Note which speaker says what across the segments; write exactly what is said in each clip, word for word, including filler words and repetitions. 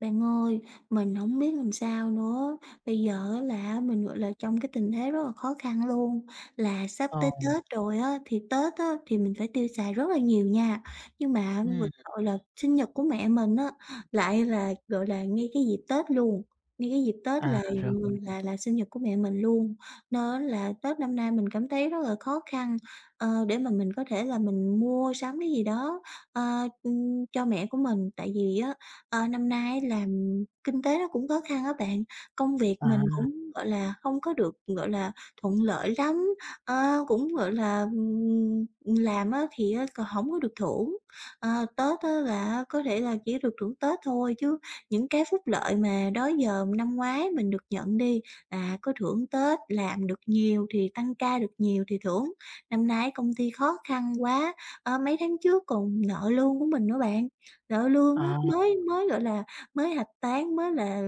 Speaker 1: Bạn ơi, mình không biết làm sao nữa, bây giờ á là mình, gọi là, trong cái tình thế rất là khó khăn luôn, là sắp tới
Speaker 2: Rồi,
Speaker 1: Tết rồi á, thì Tết á thì mình phải tiêu xài rất là nhiều nha. Nhưng mà á,
Speaker 2: ừm,
Speaker 1: gọi là, sinh nhật của mẹ mình á, lại là, gọi là, ngay cái dịp Tết luôn, ngay cái dịp Tết
Speaker 2: à,
Speaker 1: là
Speaker 2: rồi,
Speaker 1: mình là là sinh nhật của mẹ mình luôn. Nên là Tết năm nay mình cảm thấy rất là khó khăn, ờ, để mà mình có thể là mình mua sắm cái gì đó, ờ, ừm, cho mẹ của mình. Tại vì á Ờ, năm nay á là kinh tế nó cũng khó khăn á bạn, công việc
Speaker 2: à,
Speaker 1: mình cũng, gọi là, không có được, gọi là, thuận lợi lắm, ờ, cũng, gọi là, ừm, làm á thì á còn hổng có được thưởng. Ờ, Tết á là á có thể là chỉ được thưởng Tết thôi chứ những cái phúc lợi mà đó giờ năm ngoái mình được nhận đi là có thưởng Tết, làm được nhiều thì tăng ca được nhiều thì thưởng. Năm nay công ty khó khăn quá, ờ, mấy tháng trước còn nợ lương của mình nữa bạn. Sợ luôn á,
Speaker 2: à,
Speaker 1: mới mới, gọi là, mới hạch toán, mới là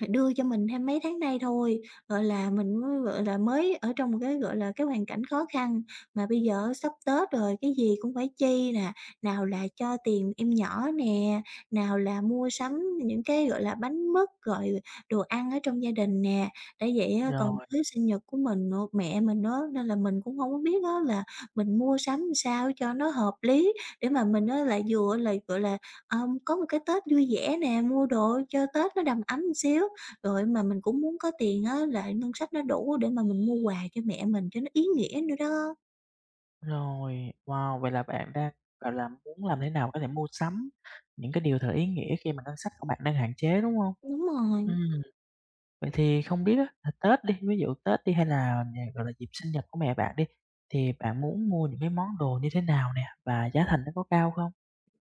Speaker 1: phải đưa cho mình thêm mấy tháng nay thôi, gọi là, mình mới, gọi là, mới ở trong một cái, gọi là, cái hoàn cảnh khó khăn, mà bây giờ sắp Tết rồi, cái gì cũng phải chi nè, nào là cho tiền em nhỏ nè, nào là mua sắm những cái, gọi là, bánh mứt, rồi đồ ăn ở trong gia đình nè. Đã vậy á còn
Speaker 2: rồi,
Speaker 1: tới sinh nhật của mình nữa, mẹ mình đó nên là mình cũng không có biết đó là mình mua sắm làm sao cho nó hợp lý để mà mình nó lại vừa là, gọi là, ờ, có một cái Tết vui vẻ nè, mua đồ cho Tết nó đầm ấm một xíu, rồi mà mình cũng muốn có tiền á, là ngân sách nó đủ để mà mình mua quà cho mẹ mình cho nó ý nghĩa nữa đó.
Speaker 2: rồi. Wow, vậy là bạn đang, gọi là, muốn làm thế nào có thể mua sắm những cái điều thật ý nghĩa khi mà ngân sách của bạn đang hạn chế, đúng hông?
Speaker 1: Đúng rồi.
Speaker 2: Ừm, vậy thì không biết á, là Tết đi, ví dụ Tết đi hay là, à, gọi là, dịp sinh nhật của mẹ bạn đi, thì bạn muốn mua những cái món đồ như thế nào nè, và giá thành nó có cao không?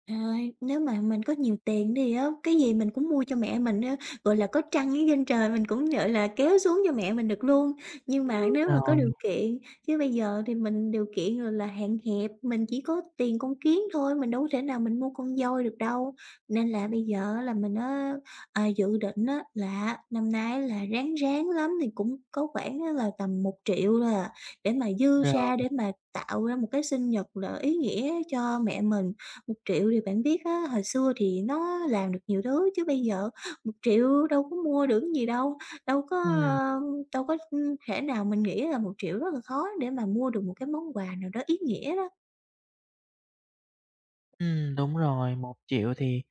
Speaker 1: Trời, nếu mà mình có nhiều tiền thì á, cái gì mình cũng mua cho mẹ mình á, gọi là, có trăng ở trên trời mình cũng, gọi là, kéo xuống cho mẹ mình được luôn. Nhưng mà Ừm. nếu mà có
Speaker 2: Rồi,
Speaker 1: điều kiện, chứ bây giờ thì mình điều kiện, rồi là, hạn hẹp, mình chỉ có tiền con kiến thôi, mình đâu có thể nào mình mua con voi được đâu. Nên là bây giờ là mình á, à, dự định á là năm nay là ráng ráng lắm thì cũng có khoảng á là tầm một triệu là để mà dư
Speaker 2: rồi,
Speaker 1: ra để mà tạo ra một cái sinh nhật là ý nghĩa cho mẹ mình. Một triệu thì bạn biết á, hồi xưa thì nó làm được nhiều thứ chứ bây giờ một triệu đâu có mua được cái gì đâu, đâu có,
Speaker 2: ừm.
Speaker 1: ơ, đâu có, thể nào mình nghĩ là một triệu rất là khó để mà mua được một cái món quà nào đó ý nghĩa đó.
Speaker 2: Ừm, đúng rồi, một triệu thì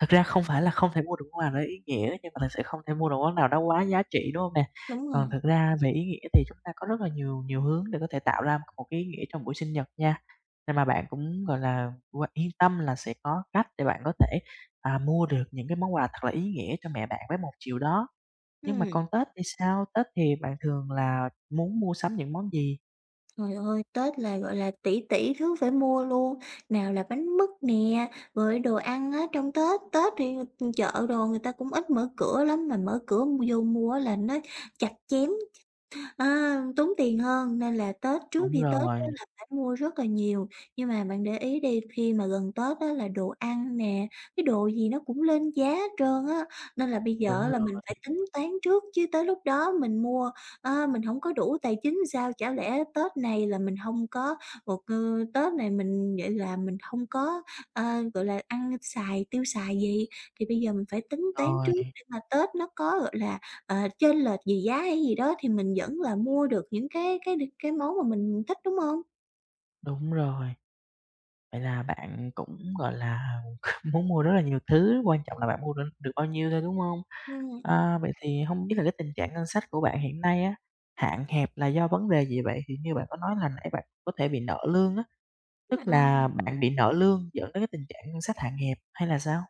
Speaker 2: thật ra không phải là không thể mua được món quà đó ý nghĩa, nhưng mà thực sự không thể mua được món nào đó quá giá trị, đúng không nè?
Speaker 1: Đúng rồi.
Speaker 2: Còn thực ra về ý nghĩa thì chúng ta có rất là nhiều nhiều hướng để có thể tạo ra một cái ý nghĩa trong buổi sinh nhật nha. Nên mà bạn cũng, gọi là, qua yên tâm là sẽ có cách để bạn có thể, à, mua được những cái món quà thật là ý nghĩa cho mẹ bạn với một triệu đó. Nhưng mà
Speaker 1: Ừ,
Speaker 2: còn Tết thì sao? Tết thì bạn thường là muốn mua sắm những món gì?
Speaker 1: trời ơi, Tết là, gọi là, tỷ tỷ thứ phải mua luôn, nào là bánh mứt nè, rồi đồ ăn á, trong Tết, Tết thì chợ đồ người ta cũng ít mở cửa lắm, mà mở cửa vô mua là nó chặt chém. À, tốn tiền hơn nên là Tết trước
Speaker 2: Đúng
Speaker 1: khi Tết á
Speaker 2: rồi,
Speaker 1: là phải mua rất là nhiều. Nhưng mà bạn để ý đi, khi mà gần Tết á là đồ ăn nè, cái đồ gì nó cũng lên giá hết trơn á, nên là bây giờ
Speaker 2: đúng
Speaker 1: á
Speaker 2: rồi,
Speaker 1: là mình phải tính toán trước chứ tới lúc đó mình mua, a, mình không có đủ tài chính sao? Chả lẽ Tết này là mình không có một, ơ, Tết này mình vậy là mình không có, a, gọi là, ăn xài, tiêu xài gì? Thì bây giờ mình phải tính toán
Speaker 2: rồi,
Speaker 1: trước để mà Tết nó có, gọi là, ờ, chênh lệch về giá hay gì đó thì mình vẫn là mua được những cái cái cái món mà mình thích, đúng không?
Speaker 2: đúng rồi. Vậy là bạn cũng, gọi là, muốn mua rất là nhiều thứ, quan trọng là bạn mua được được bao nhiêu thôi, đúng hông?
Speaker 1: Ừm.
Speaker 2: Ờ, vậy thì hông biết là cái tình trạng ngân sách của bạn hiện nay á, hạn hẹp là do vấn đề gì vậy? Thì như bạn có nói là nãy bạn có thể bị nợ lương á,
Speaker 1: Đúng rồi.
Speaker 2: tức
Speaker 1: ờ.
Speaker 2: là bạn bị nợ lương dẫn đến cái tình trạng ngân sách hạn hẹp hay là sao?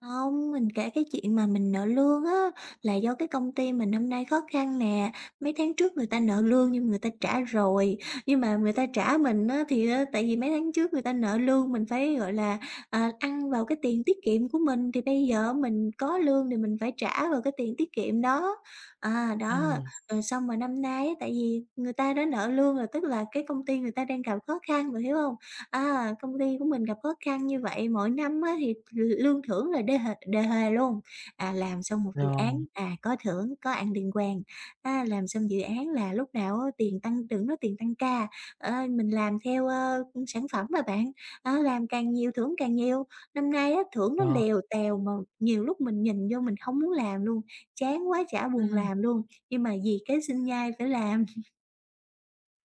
Speaker 1: Không, mình kể cái chuyện mà mình nợ lương á, là do cái công ty mình năm nay khó khăn nè. Mấy tháng trước người ta nợ lương nhưng người ta trả rồi, nhưng mà người ta trả mình á thì á tại vì mấy tháng trước người ta nợ lương mình phải, gọi là, à, ăn vào cái tiền tiết kiệm của mình, thì bây giờ mình có lương thì mình phải trả vào cái tiền tiết kiệm đó. À, đó,
Speaker 2: Ừm.
Speaker 1: rồi xong rồi năm nay á, tại vì người ta đã nợ lương rồi, tức là cái công ty người ta đang gặp khó khăn, bạn hiểu không? À, công ty của mình gặp khó khăn như vậy, mỗi năm á thì l lương thưởng là đê hề đề hề luôn. À, làm xong một dự án,
Speaker 2: Rồi,
Speaker 1: à, có thưởng, có ăn tiền quàng, a, làm xong dự án là lúc nào á tiền tăng tưởng nói tiền tăng ca. Ờ, mình làm theo, ơ, sản phẩm mà bạn, á, làm càng nhiều thưởng càng nhiều. Năm nay á, thưởng nó
Speaker 2: rồi.
Speaker 1: lèo tèo mà nhiều lúc mình nhìn vô mình không muốn làm luôn, chán quá chả buồn
Speaker 2: Ừm.
Speaker 1: làm luôn, nhưng mà vì cái sinh nhai phải làm.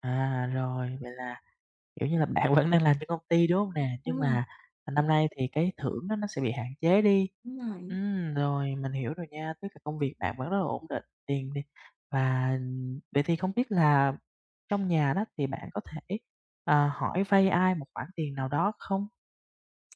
Speaker 2: À, rồi, vậy là, kiểu như là, bạn vẫn đang làm cho công ty, đúng hông nè? Nhưng
Speaker 1: Đúng rồi,
Speaker 2: mà, à, năm nay thì cái thưởng á nó sẽ bị hạn chế đi.
Speaker 1: đúng rồi.
Speaker 2: Ừm, rồi, mình hiểu rồi nha, tức là công việc bạn vẫn rất là ổn định, tiền đi. Và vậy thì không biết là trong nhà đó thì bạn có thể, ờ, hỏi vay ai một khoản tiền nào đó không?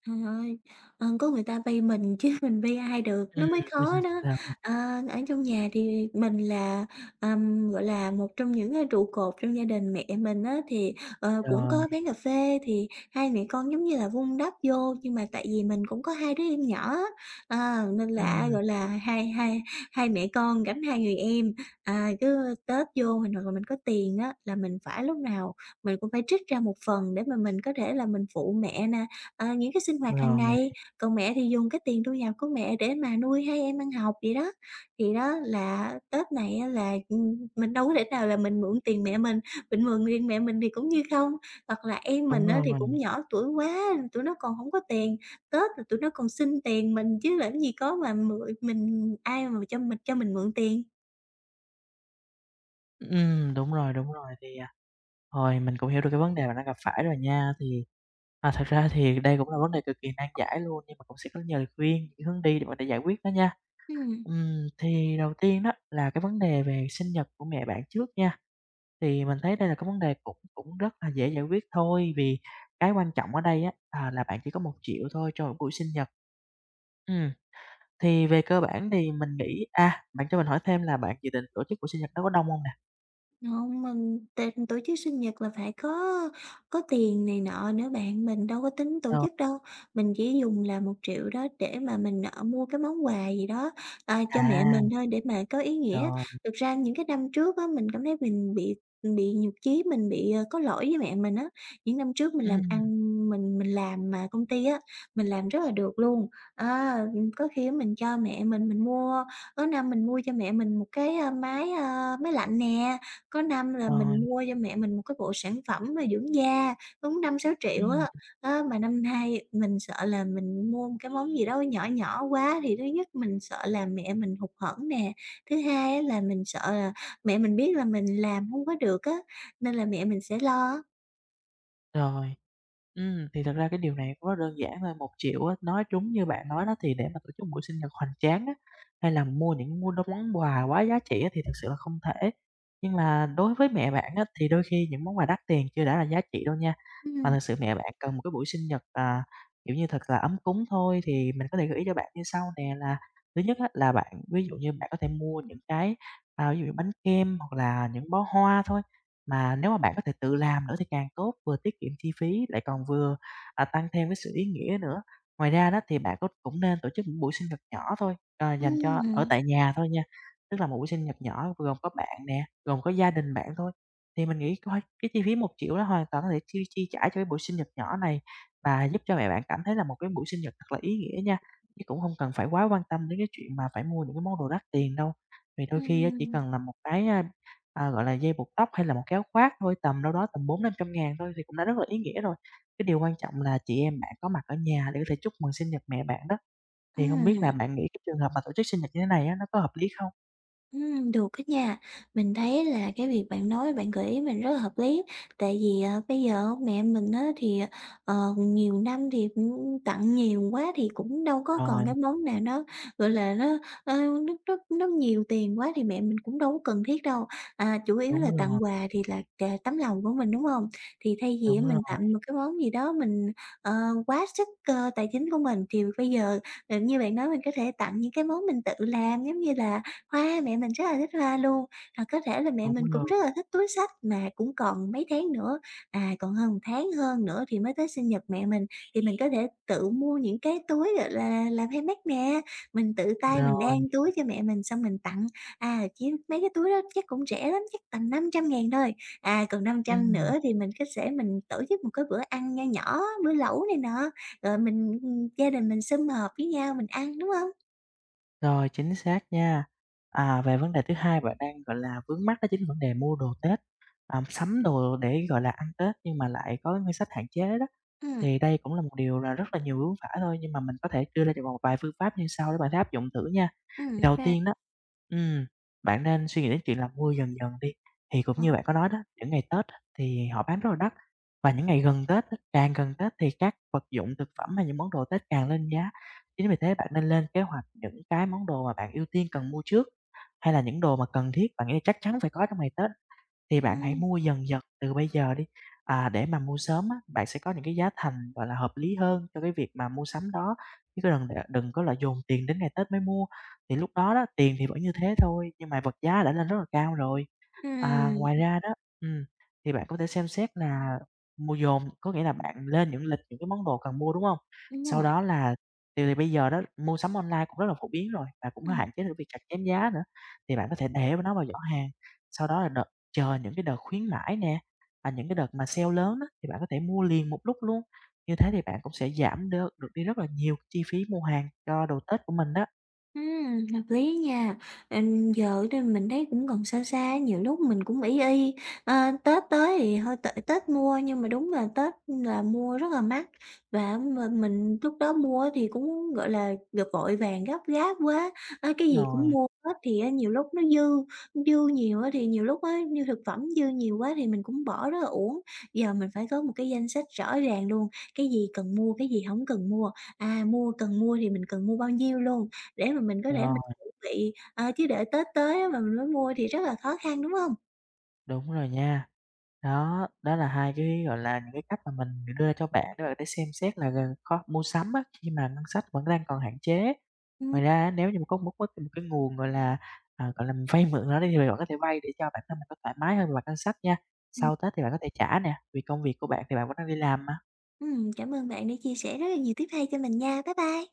Speaker 1: Trời ơi, ờ, có người ta bay mình chứ mình bay ai được,
Speaker 2: Ừm,
Speaker 1: nó mới khó đó.
Speaker 2: được
Speaker 1: Ờ, ở trong nhà thì mình là, ừm, gọi là, một trong những, a, trụ cột trong gia đình. Mẹ mình á thì, ờ, cũng
Speaker 2: rồi,
Speaker 1: có bán cà phê, thì hai mẹ con giống như là vun đắp vô, nhưng mà tại vì mình cũng có hai đứa em nhỏ á, ờ, nên là
Speaker 2: ừm,
Speaker 1: gọi là, hai hai hai mẹ con gánh hai người em. À, cứ Tết vô mình hoặc là mình có tiền á là mình phải lúc nào mình cũng phải trích ra một phần để mà mình có thể là mình phụ mẹ nè, Ờ, những cái sinh hoạt hàng
Speaker 2: rồi,
Speaker 1: ngày, còn mẹ thì dùng cái tiền thu nhập của mẹ để mà nuôi hai em ăn học vậy đó. Thì đó là Tết này á là, ừm, mình đâu có thể nào là mình mượn tiền mẹ mình, mình mượn tiền mẹ mình thì cũng như không. Hoặc là em
Speaker 2: đúng
Speaker 1: mình á
Speaker 2: rồi,
Speaker 1: thì cũng nhỏ tuổi quá, tụi nó còn không có tiền, Tết là tụi nó còn xin tiền mình chứ làm gì có mà mượn mình ai mà cho mình cho mình mượn tiền.
Speaker 2: ừm, đúng rồi, đúng rồi. Thì, à, rồi mình cũng hiểu được cái vấn đề bạn đang gặp phải rồi nha. Thì, à, thật ra thì đây cũng là vấn đề cực kỳ nan giải luôn, nhưng mà cũng sẽ có nhiều lời khuyên, những hướng đi để bạn có giải quyết đó nha.
Speaker 1: Ừm.
Speaker 2: Ừm, thì đầu tiên đó là cái vấn đề về sinh nhật của mẹ bạn trước nha, thì mình thấy đây là cái vấn đề cũng cũng rất là dễ giải quyết thôi, vì cái quan trọng ở đây á, à, là bạn chỉ có một triệu thôi cho một buổi sinh nhật. Ừm, thì về cơ bản thì mình nghĩ à, bạn cho mình hỏi thêm là bạn dự định tổ chức buổi sinh nhật đó có đông không nè?
Speaker 1: Không, mình tình tổ chức sinh nhật là phải có có tiền này nọ nữa bạn, mình đâu có tính tổ
Speaker 2: Rồi,
Speaker 1: chức đâu. Mình chỉ dùng là một triệu đó để mà mình, ờ, mua cái món quà gì đó, à, cho mẹ
Speaker 2: à,
Speaker 1: mình thôi để mà có ý nghĩa.
Speaker 2: rồi,
Speaker 1: Thực ra những cái năm trước á, mình cảm thấy mình bị bị nhục chí, mình bị, ờ, có lỗi với mẹ mình á. Những năm trước mình làm ăn,
Speaker 2: ừm,
Speaker 1: mình mình làm mà công ty á, mình làm rất là được luôn. Á, có khi á mình cho mẹ mình, mình mua có năm mình mua cho mẹ mình một cái, a, máy, a, máy lạnh nè, có năm là
Speaker 2: rồi,
Speaker 1: mình mua cho mẹ mình một cái bộ sản phẩm mà dưỡng da, đúng năm sáu triệu
Speaker 2: ừm,
Speaker 1: á. Á, mà năm nay mình sợ là mình mua một cái món gì đó nhỏ nhỏ quá thì thứ nhất mình sợ là mẹ mình hụt hẫng nè, thứ hai á là mình sợ là mẹ mình biết là mình làm hông có được á, nên là mẹ mình sẽ lo.
Speaker 2: rồi. Ừm, thì thật ra cái điều này cũng rất đơn giản thôi, một triệu á, nói trúng như bạn nói đó thì để mà tổ chức một buổi sinh nhật hoành tráng á, hay là mua những mua đống món quà quá giá trị á thì thực sự là không thể. Nhưng mà đối với mẹ bạn á, thì đôi khi những món quà đắt tiền chưa đã là giá trị đâu nha, mà
Speaker 1: Ừm,
Speaker 2: thực sự mẹ bạn cần một cái buổi sinh nhật, à, kiểu như, thật là ấm cúng thôi. Thì mình có thể gợi ý cho bạn như sau nè, là thứ nhất á, là bạn ví dụ như bạn có thể mua những cái, à, ví dụ như bánh kem hoặc là những bó hoa thôi. Mà nếu mà bạn có thể tự làm nữa thì càng tốt, vừa tiết kiệm chi phí lại còn vừa, à, tăng thêm cái sự ý nghĩa nữa. Ngoài ra đó thì bạn có cũng nên tổ chức những buổi sinh nhật nhỏ thôi, ờ, dành cho ở
Speaker 1: ừm,
Speaker 2: tại nhà thôi nha, tức là một buổi sinh nhật nhỏ gồm có bạn nè, gồm có gia đình bạn thôi. Thì mình nghĩ coi cái chi phí một triệu đó hoàn toàn có thể chi chi trả cho cái buổi sinh nhật nhỏ này và giúp cho mẹ bạn cảm thấy là một cái buổi sinh nhật thật là ý nghĩa nha, chứ cũng không cần phải quá quan tâm đến cái chuyện mà phải mua những cái món đồ đắt tiền đâu. Vì đôi khi á, chỉ
Speaker 1: ừm,
Speaker 2: cần là một cái, a À, gọi là, dây buộc tóc hay là một cái áo khoác thôi, tầm đâu đó tầm bốn năm trăm ngàn thôi thì cũng đã rất là ý nghĩa rồi. Cái điều quan trọng là chị em bạn có mặt ở nhà để có thể chúc mừng sinh nhật mẹ bạn đó, thì không biết
Speaker 1: ừm.
Speaker 2: là bạn nghĩ cái trường hợp mà tổ chức sinh nhật như thế này á, nó có hợp lý không?
Speaker 1: Ừm, được á nha. Mình thấy là cái việc bạn nói, bạn gợi ý mình rất là hợp lý, tại vì, ờ, bây giờ mẹ mình á thì, ờ, nhiều năm thì, ừm, tặng nhiều quá thì cũng đâu có
Speaker 2: Rồi,
Speaker 1: còn cái món nào nó, gọi là, nó, ơ, nó nó nó nhiều tiền quá thì mẹ mình cũng đâu có cần thiết đâu. À, chủ yếu
Speaker 2: đúng
Speaker 1: là
Speaker 2: rồi,
Speaker 1: tặng quà thì là t tấm lòng của mình, đúng không? Thì thay vì á
Speaker 2: đúng
Speaker 1: mình
Speaker 2: rồi,
Speaker 1: tặng một cái món gì đó mình, ờ, quá sức, ơ, tài chính của mình thì bây giờ, ờ, như bạn nói mình có thể tặng những cái món mình tự làm, giống như là hoa mẹ mình rất là thích hoa luôn, à, có thể là mẹ
Speaker 2: đúng
Speaker 1: mình cũng
Speaker 2: rồi,
Speaker 1: rất là thích túi xách mà cũng còn mấy tháng nữa, à, còn hơn một tháng hơn nữa thì mới tới sinh nhật mẹ mình, thì mình có thể tự mua những cái túi, gọi là, làm handmade nè, mình tự tay mình
Speaker 2: rồi,
Speaker 1: đan túi cho mẹ mình xong mình tặng. À, chỉ mấy cái túi đó chắc cũng rẻ lắm, chắc tầm năm trăm ngàn thôi, à, còn năm trăm
Speaker 2: ừm,
Speaker 1: nữa thì mình có thể mình tổ chức một cái bữa ăn nho nhỏ, bữa lẩu này nọ, rồi mình, gia đình mình sum họp với nhau mình ăn, đúng không?
Speaker 2: rồi, chính xác nha. À, về vấn đề thứ hai bạn đang, gọi là, vướng mắc đó chính là vấn đề mua đồ Tết, à, sắm đồ để, gọi là, ăn Tết nhưng mà lại có ngân sách hạn chế đó.
Speaker 1: Ừ,
Speaker 2: Thì đây cũng là một điều là rất là nhiều hướng phải thôi, nhưng mà mình có thể đưa ra cho bạn một vài phương pháp như sau để bạn thể áp dụng thử nha.
Speaker 1: ừ.
Speaker 2: Thì đầu
Speaker 1: À.
Speaker 2: tiên đó, ừm, bạn nên suy nghĩ đến chuyện là mua dần dần đi, thì cũng
Speaker 1: Ờ.
Speaker 2: như bạn có nói đó, những ngày Tết á, thì họ bán rất là đắt, và những ngày gần Tết á, càng gần Tết thì các vật dụng thực phẩm hay những món đồ Tết càng lên giá. Chính vì thế bạn nên lên kế hoạch những cái món đồ mà bạn ưu tiên cần mua trước, hay là những đồ mà cần thiết, bạn nghĩ là chắc chắn phải có trong ngày Tết. Thì bạn hãy
Speaker 1: Ừm,
Speaker 2: mua dần dần từ bây giờ đi, à, để mà mua sớm á, bạn sẽ có những cái giá thành, gọi là, hợp lý hơn cho cái việc mà mua sắm đó, chứ có đừng để đừng có là dồn tiền đến ngày Tết mới mua. Thì lúc đó đó, tiền thì vẫn như thế thôi, nhưng mà vật giá đã lên rất là cao rồi. À,
Speaker 1: ừm,
Speaker 2: ngoài ra đó ừm, thì bạn có thể xem xét là mua dồn, có nghĩa là bạn lên những lịch những cái món đồ cần mua, đúng không?
Speaker 1: đúng
Speaker 2: Sau
Speaker 1: rồi,
Speaker 2: đó là thì thì bây giờ đó, mua sắm online cũng rất là phổ biến rồi, và cũng
Speaker 1: ừm.
Speaker 2: hạn chế được việc chặt chém giá nữa, thì bạn có thể để nó vào giỏ hàng, sau đó là đợi chờ những cái đợt khuyến mãi nè, à, những cái đợt mà sale lớn á, thì bạn có thể mua liền một lúc luôn. Như thế thì bạn cũng sẽ giảm được được đi rất là nhiều chi phí mua hàng cho đồ Tết của mình đó.
Speaker 1: Ừm, hợp lý nha. Ừm, giờ thì mình thấy cũng còn xa xa, nhiều lúc mình cũng ỷ y, ờ, Tết tới thì hơi t Tết mua nhưng mà đúng là Tết là mua rất là mắc, và mà mình lúc đó mua thì cũng, gọi là, gặp vội vàng gấp gáp quá, á, cái
Speaker 2: Đúng
Speaker 1: gì cũng
Speaker 2: rồi,
Speaker 1: mua hết thì á nhiều lúc nó dư, dư nhiều á thì nhiều lúc á, như thực phẩm dư nhiều quá thì mình cũng bỏ rất là uổng. Giờ mình phải có một cái danh sách rõ ràng luôn, cái gì cần mua, cái gì không cần mua, à, mua cần mua thì mình cần mua bao nhiêu luôn. Để mà mình có thể mình
Speaker 2: rồi,
Speaker 1: chuẩn bị, ờ, chứ để Tết tới á mà mình mới mua thì rất là khó khăn, đúng hông?
Speaker 2: đúng rồi nha. Đó, đó là hai cái, gọi là, những cái cách mà mình đưa cho bạn để bạn có thể xem xét là gần kho mua sắm á, khi mà ngân sách vẫn đang còn hạn chế.
Speaker 1: Ừm,
Speaker 2: Ngoài ra á, nếu như mà có mất bất kỳ một cái nguồn, gọi là, à, gọi là, mình vay mượn nào đó đi thì bạn có thể vay để cho bản thân mình nó thoải mái hơn về mặt ngân sách nha.
Speaker 1: ừm,
Speaker 2: Sau Tết thì bạn có thể trả nè, vì công việc của bạn thì bạn vẫn đang đi làm mà.
Speaker 1: ừm, cảm ơn bạn đã chia sẻ rất là nhiều tiếp hay cho mình nha. Bye bye.